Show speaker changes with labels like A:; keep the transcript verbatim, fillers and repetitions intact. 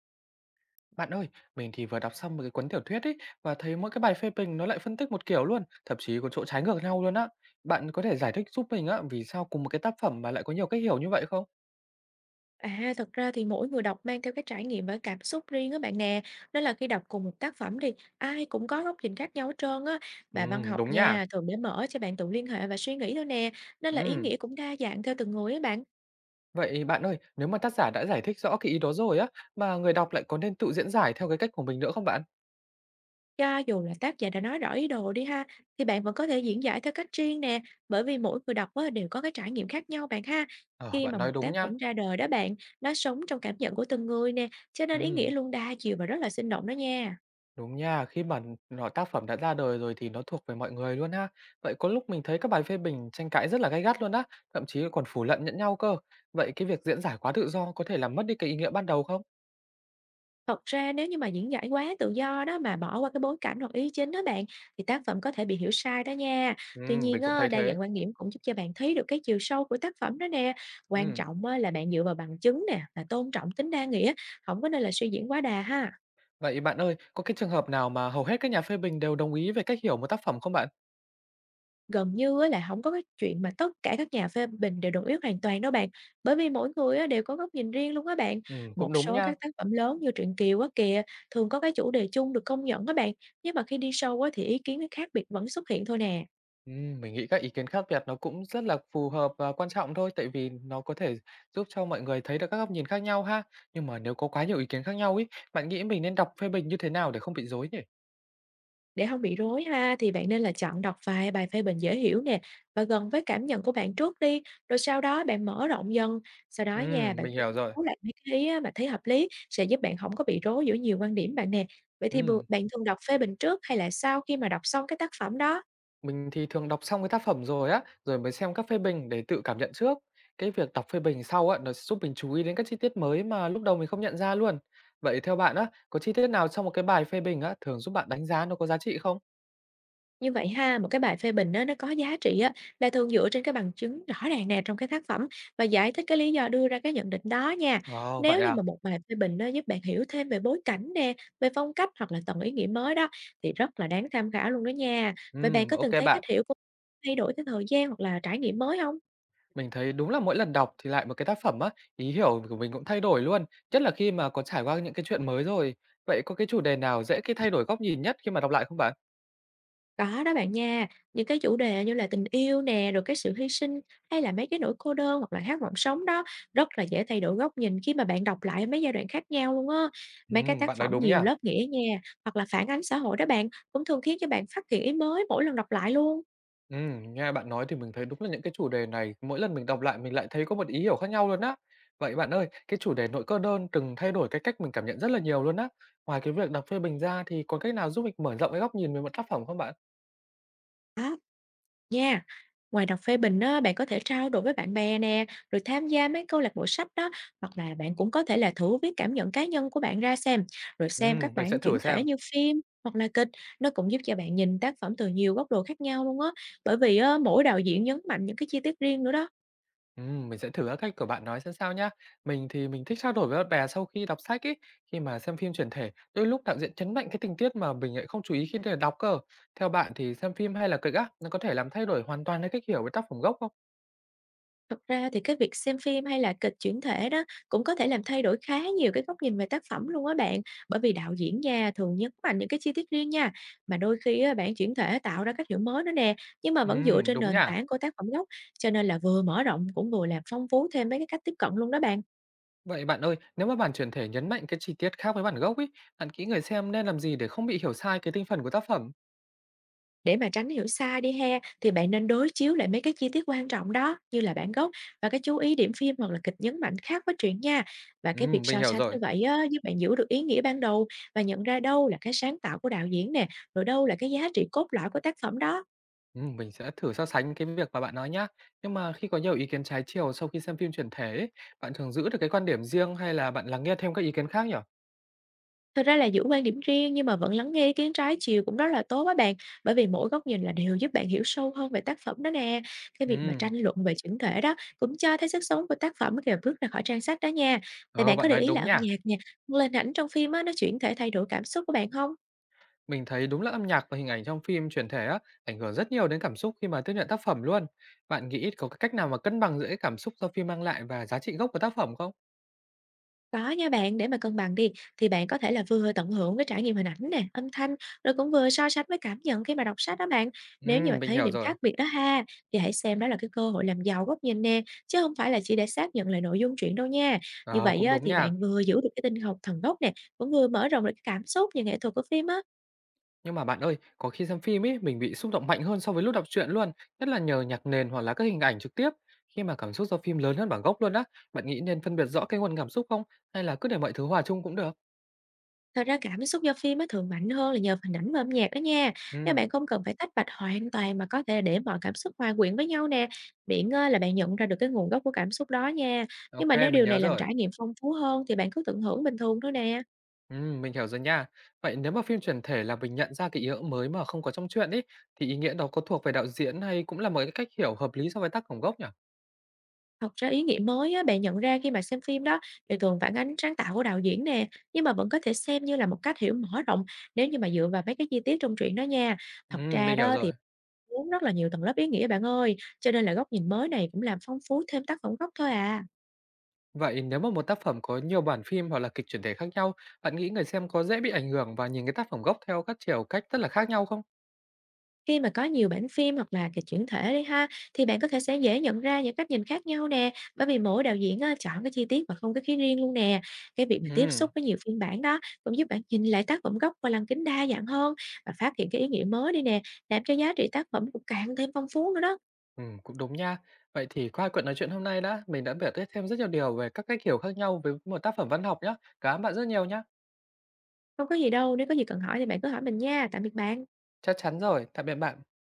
A: Bạn ơi, mình thì vừa đọc xong một cái cuốn tiểu thuyết ấy và thấy mỗi cái bài phê bình nó lại phân tích một kiểu luôn, thậm chí có chỗ trái ngược nhau luôn á. Bạn có thể giải thích giúp mình á vì sao cùng một cái tác phẩm mà lại có nhiều cách hiểu như vậy không?
B: À, thật ra thì mỗi người đọc mang theo cái trải nghiệm và cảm xúc riêng á bạn nè. Nên là khi đọc cùng một tác phẩm thì ai cũng có góc nhìn khác nhau hết trơn á.
A: Ừ,
B: Và văn học
A: đúng nha.
B: nha, thường để mở cho bạn tự liên hệ và suy nghĩ thôi nè. Nên là ý
A: Ừ.
B: nghĩa cũng đa dạng theo từng người á bạn.
A: Vậy bạn ơi, nếu mà tác giả đã giải thích rõ cái ý đó rồi á mà người đọc lại có nên tự diễn giải theo cái cách của mình nữa không bạn?
B: Cho dù là tác giả đã nói rõ ý đồ đi ha, thì bạn vẫn có thể diễn giải theo cách riêng nè. Bởi vì mỗi người đọc á, đều có cái trải nghiệm khác nhau bạn ha.
A: Ờ,
B: Khi
A: bạn
B: mà
A: nói
B: một
A: đúng
B: tác
A: nha.
B: phẩm ra đời đó bạn, nó sống trong cảm nhận của từng người nè. Cho nên ý nghĩa
A: Ừ.
B: luôn đa chiều và rất là sinh động đó nha.
A: Đúng nha, khi mà nó tác phẩm đã ra đời rồi thì nó thuộc về mọi người luôn ha. Vậy có lúc mình thấy các bài phê bình tranh cãi rất là gay gắt luôn á, thậm chí còn phủ lận lẫn nhau cơ. Vậy cái việc diễn giải quá tự do có thể làm mất đi cái ý nghĩa ban đầu không?
B: Thật ra nếu như mà diễn giải quá tự do đó mà bỏ qua cái bối cảnh hoặc ý chính đó bạn, thì tác phẩm có thể bị hiểu sai đó nha.
A: Ừ,
B: Tuy nhiên
A: mình cũng
B: á,
A: thấy
B: đa
A: thế.
B: dạng quan điểm cũng giúp cho bạn thấy được cái chiều sâu của tác phẩm đó nè. Quan
A: Ừ.
B: trọng á, là bạn dựa vào bằng chứng nè, là tôn trọng tính đa nghĩa, không có nên là suy diễn quá đà ha.
A: Vậy bạn ơi, có cái trường hợp nào mà hầu hết các nhà phê bình đều đồng ý về cách hiểu một tác phẩm không bạn?
B: Gần như á là không có cái chuyện mà tất cả các nhà phê bình đều đồng ý hoàn toàn đâu bạn, bởi vì mỗi người á đều có góc nhìn riêng luôn á bạn.
A: Ừ,
B: Một
A: cũng đúng
B: số
A: nha.
B: các tác phẩm lớn như truyện Kiều á kìa, thường có cái chủ đề chung được công nhận á bạn, nhưng mà khi đi sâu á thì ý kiến nó khác biệt vẫn xuất hiện thôi nè.
A: Ừm, mình nghĩ các ý kiến khác biệt nó cũng rất là phù hợp và quan trọng thôi, tại vì nó có thể giúp cho mọi người thấy được các góc nhìn khác nhau ha. Nhưng mà nếu có quá nhiều ý kiến khác nhau ấy, bạn nghĩ mình nên đọc phê bình như thế nào để không bị rối nhỉ?
B: Để không bị rối ha, thì bạn nên là chọn đọc vài bài phê bình dễ hiểu nè và gần với cảm nhận của bạn trước đi, rồi sau đó bạn mở rộng dần. Sau đó nha,
A: Ừm,
B: bạn
A: mình
B: ghi
A: hiểu rồi.
B: chú lại mấy cái ý á mà thấy hợp lý sẽ giúp bạn không có bị rối giữa nhiều quan điểm bạn nè. Vậy thì bừa
A: Ừm,
B: bạn thường đọc phê bình trước hay là sau khi mà đọc xong cái tác phẩm đó?
A: mình thì thường đọc xong cái tác phẩm rồi á, rồi mới xem các phê bình để tự cảm nhận trước. Cái việc đọc phê bình sau á, nó giúp mình chú ý đến các chi tiết mới mà lúc đầu mình không nhận ra luôn. Vậy theo bạn á, có chi tiết nào trong một cái bài phê bình á, thường giúp bạn đánh giá nó có giá trị không?
B: Như vậy ha, một cái bài phê bình á, nó có giá trị á, là thường dựa trên cái bằng chứng rõ ràng nè trong cái tác phẩm và giải thích cái lý do đưa ra cái nhận định đó nha.
A: Ồ, vậy
B: Nếu như
A: à?
B: mà một bài phê bình nó giúp bạn hiểu thêm về bối cảnh nè, về phong cách hoặc là tầng ý nghĩa mới đó, thì rất là đáng tham khảo luôn đó nha. Vậy bạn
A: Ừm,
B: có
A: ok
B: từng thấy cách
A: bạn.
B: hiểu của thay đổi theo thời gian hoặc là trải nghiệm mới không?
A: Mình thấy đúng là mỗi lần đọc thì lại một cái tác phẩm á, ý hiểu của mình cũng thay đổi luôn, nhất là khi mà có trải qua những cái chuyện mới rồi. Vậy có cái chủ đề nào dễ cái thay đổi góc nhìn nhất khi mà đọc lại không bạn?
B: Có đó bạn nha, những cái chủ đề như là tình yêu nè, rồi cái sự hy sinh hay là mấy cái nỗi cô đơn hoặc là khát vọng sống đó rất là dễ thay đổi góc nhìn khi mà bạn đọc lại mấy giai đoạn khác nhau luôn á. Mấy cái
A: Ừm,
B: tác
A: bạn nói
B: phẩm
A: đúng
B: nhiều
A: nha.
B: lớp nghĩa nha, hoặc là phản ánh xã hội đó bạn cũng thường khiến cho bạn phát hiện ý mới mỗi lần đọc lại luôn.
A: Ừm, nghe bạn nói thì mình thấy đúng là những cái chủ đề này mỗi lần mình đọc lại mình lại thấy có một ý hiểu khác nhau luôn á. Vậy bạn ơi, cái chủ đề nội cơ đơn từng thay đổi cái cách mình cảm nhận rất là nhiều luôn á. Ngoài cái việc đọc phê bình ra thì có cách nào giúp mình mở rộng cái góc nhìn về một tác phẩm không bạn?
B: Đó. Nha, ngoài đọc phê bình á, bạn có thể trao đổi với bạn bè nè, rồi tham gia mấy câu lạc bộ sách đó, hoặc là bạn cũng có thể là thử viết cảm nhận cá nhân của bạn ra xem, rồi xem các
A: Ừm, mình sẽ
B: bản
A: thử
B: chuyển thể
A: xem.
B: như phim hoặc là kịch, nó cũng giúp cho bạn nhìn tác phẩm từ nhiều góc độ khác nhau luôn á, bởi vì á, mỗi đạo diễn nhấn mạnh những cái chi tiết riêng nữa đó.
A: Ừm, mình sẽ thử các cách của bạn nói xem sao nhá. Mình thì mình thích trao đổi với bạn bè sau khi đọc sách ấy, khi mà xem phim chuyển thể, đôi lúc đạo diễn nhấn mạnh cái tình tiết mà mình lại không chú ý khi để đọc cơ. Theo bạn thì xem phim hay là kịch á, nó có thể làm thay đổi hoàn toàn cái cách hiểu với tác phẩm gốc không?
B: Thật ra thì cái việc xem phim hay là kịch chuyển thể đó cũng có thể làm thay đổi khá nhiều cái góc nhìn về tác phẩm luôn á bạn, bởi vì đạo diễn nha thường nhấn mạnh những cái chi tiết riêng nha, mà đôi khi á, bản chuyển thể tạo ra cách hiểu mới nữa nè, nhưng mà vẫn dựa
A: Ừm,
B: trên
A: đúng nhỉ.
B: nền tảng của tác phẩm gốc, cho nên là vừa mở rộng cũng vừa làm phong phú thêm mấy cái cách tiếp cận luôn đó bạn.
A: Vậy bạn ơi, nếu mà bản chuyển thể nhấn mạnh cái chi tiết khác với bản gốc ý bạn nghĩ người xem nên làm gì để không bị hiểu sai cái tinh thần của tác phẩm?
B: Để mà tránh hiểu sai đi he, thì bạn nên đối chiếu lại mấy cái chi tiết quan trọng đó, như là bản gốc và cái chú ý điểm phim hoặc là kịch nhấn mạnh khác với truyện nha. Và cái việc
A: Ừm, mình
B: so
A: hiểu
B: sánh
A: rồi.
B: như vậy á, giúp bạn giữ được ý nghĩa ban đầu và nhận ra đâu là cái sáng tạo của đạo diễn nè, rồi đâu là cái giá trị cốt lõi của tác phẩm đó.
A: Ừm, mình sẽ thử so sánh cái việc mà bạn nói nhá. Nhưng mà khi có nhiều ý kiến trái chiều sau khi xem phim chuyển thể ấy, bạn thường giữ được cái quan điểm riêng hay là bạn lắng nghe thêm các ý kiến khác nhỉ?
B: Thực ra là giữ quan điểm riêng nhưng mà vẫn lắng nghe ý kiến trái chiều cũng rất là tốt á bạn, bởi vì mỗi góc nhìn là đều giúp bạn hiểu sâu hơn về tác phẩm đó nè. Cái việc mà tranh
A: Ừm,
B: luận về chỉnh thể đó cũng cho thấy sức sống của tác phẩm khi mà bước ra khỏi trang sách đó nha. Thì
A: ờ,
B: bạn có
A: bạn
B: để
A: nói
B: ý là
A: đúng
B: âm
A: nha.
B: nhạc nè, lên ảnh trong phim á, nó chuyển thể thay đổi cảm xúc của bạn không?
A: Mình thấy đúng là âm nhạc và hình ảnh trong phim chuyển thể á, ảnh hưởng rất nhiều đến cảm xúc khi mà tiếp nhận tác phẩm luôn. Bạn nghĩ có cái cách nào mà cân bằng giữa cái cảm xúc do phim mang lại và giá trị gốc của tác phẩm không?
B: Có nha bạn, để mà cân bằng đi thì bạn có thể là vừa tận hưởng cái trải nghiệm hình ảnh nè, âm thanh, rồi cũng vừa so sánh với cảm nhận khi mà đọc sách đó bạn. Nếu như mà
A: Ừm, mình
B: thấy
A: hiểu
B: điểm
A: rồi.
B: khác biệt đó ha, thì hãy xem đó là cái cơ hội làm giàu góc nhìn nè, chứ không phải là chỉ để xác nhận lại nội dung truyện đâu nha. Như
A: Ờ,
B: vậy
A: cũng
B: á,
A: đúng
B: thì
A: nha.
B: bạn vừa giữ được cái tinh thần thần gốc nè, cũng vừa mở rộng được cái cảm xúc như nghệ thuật của phim á.
A: Nhưng mà bạn ơi, có khi xem phim ấy, mình bị xúc động mạnh hơn so với lúc đọc truyện luôn, nhất là nhờ nhạc nền hoặc là các hình ảnh trực tiếp. Khi mà cảm xúc do phim lớn hơn bản gốc luôn á, bạn nghĩ nên phân biệt rõ cái nguồn cảm xúc không? Hay là cứ để mọi thứ hòa chung cũng được?
B: Thật ra cảm xúc do phim á thường mạnh hơn là nhờ hình ảnh và âm nhạc đó nha. Các
A: Ừ,
B: bạn không cần phải tách bạch hoàn toàn mà có thể là để mọi cảm xúc hòa quyện với nhau nè. Miễn á, là bạn nhận ra được cái nguồn gốc của cảm xúc đó nha. Nhưng mà
A: ok,
B: nếu
A: mình
B: điều này
A: nhớ
B: làm
A: rồi.
B: trải nghiệm phong phú hơn thì bạn cứ tận hưởng bình thường thôi nè.
A: Ừ, mình hiểu rồi nha. Vậy nếu mà phim chuyển thể là mình nhận ra cái ý nghĩa mới mà không có trong truyện ấy, thì ý nghĩa đó có thuộc về đạo diễn hay cũng là một cái cách hiểu hợp lý so với tác phẩm gốc nhỉ?
B: Thật ra ý nghĩa mới á, bạn nhận ra khi mà xem phim đó thì thường phản ánh sáng tạo của đạo diễn nè, nhưng mà vẫn có thể xem như là một cách hiểu mở rộng nếu như mà dựa vào mấy cái chi tiết trong truyện đó nha.
A: Ừ,
B: Thật ra
A: mình hiểu
B: đó thì
A: rồi.
B: muốn rất là nhiều tầng lớp ý nghĩa bạn ơi, cho nên là góc nhìn mới này cũng làm phong phú thêm tác phẩm gốc thôi à.
A: Vậy nếu mà một tác phẩm có nhiều bản phim hoặc là kịch chuyển thể khác nhau, bạn nghĩ người xem có dễ bị ảnh hưởng và nhìn cái tác phẩm gốc theo các chiều cách rất là khác nhau không?
B: Khi mà có nhiều bản phim hoặc là kịch chuyển thể đi ha, thì bạn có thể sẽ dễ nhận ra những cách nhìn khác nhau nè, bởi vì mỗi đạo diễn á, chọn cái chi tiết và không cái khí riêng luôn nè. Cái việc mà tiếp xúc
A: Ừm,
B: với nhiều phiên bản đó cũng giúp bạn nhìn lại tác phẩm gốc qua lăng kính đa dạng hơn và phát hiện cái ý nghĩa mới đi nè, làm cho giá trị tác phẩm cũng càng thêm phong phú nữa đó.
A: ừm, cũng đúng nha. Vậy thì qua cuộc nói chuyện hôm nay đã, mình đã biết thêm rất nhiều điều về các cách hiểu khác nhau với một tác phẩm văn học nhá. Cảm ơn bạn rất nhiều nhá.
B: Không có gì đâu, nếu có gì cần hỏi thì bạn cứ hỏi mình nha. Tạm biệt bạn.
A: Chắc chắn rồi, tạm biệt bạn.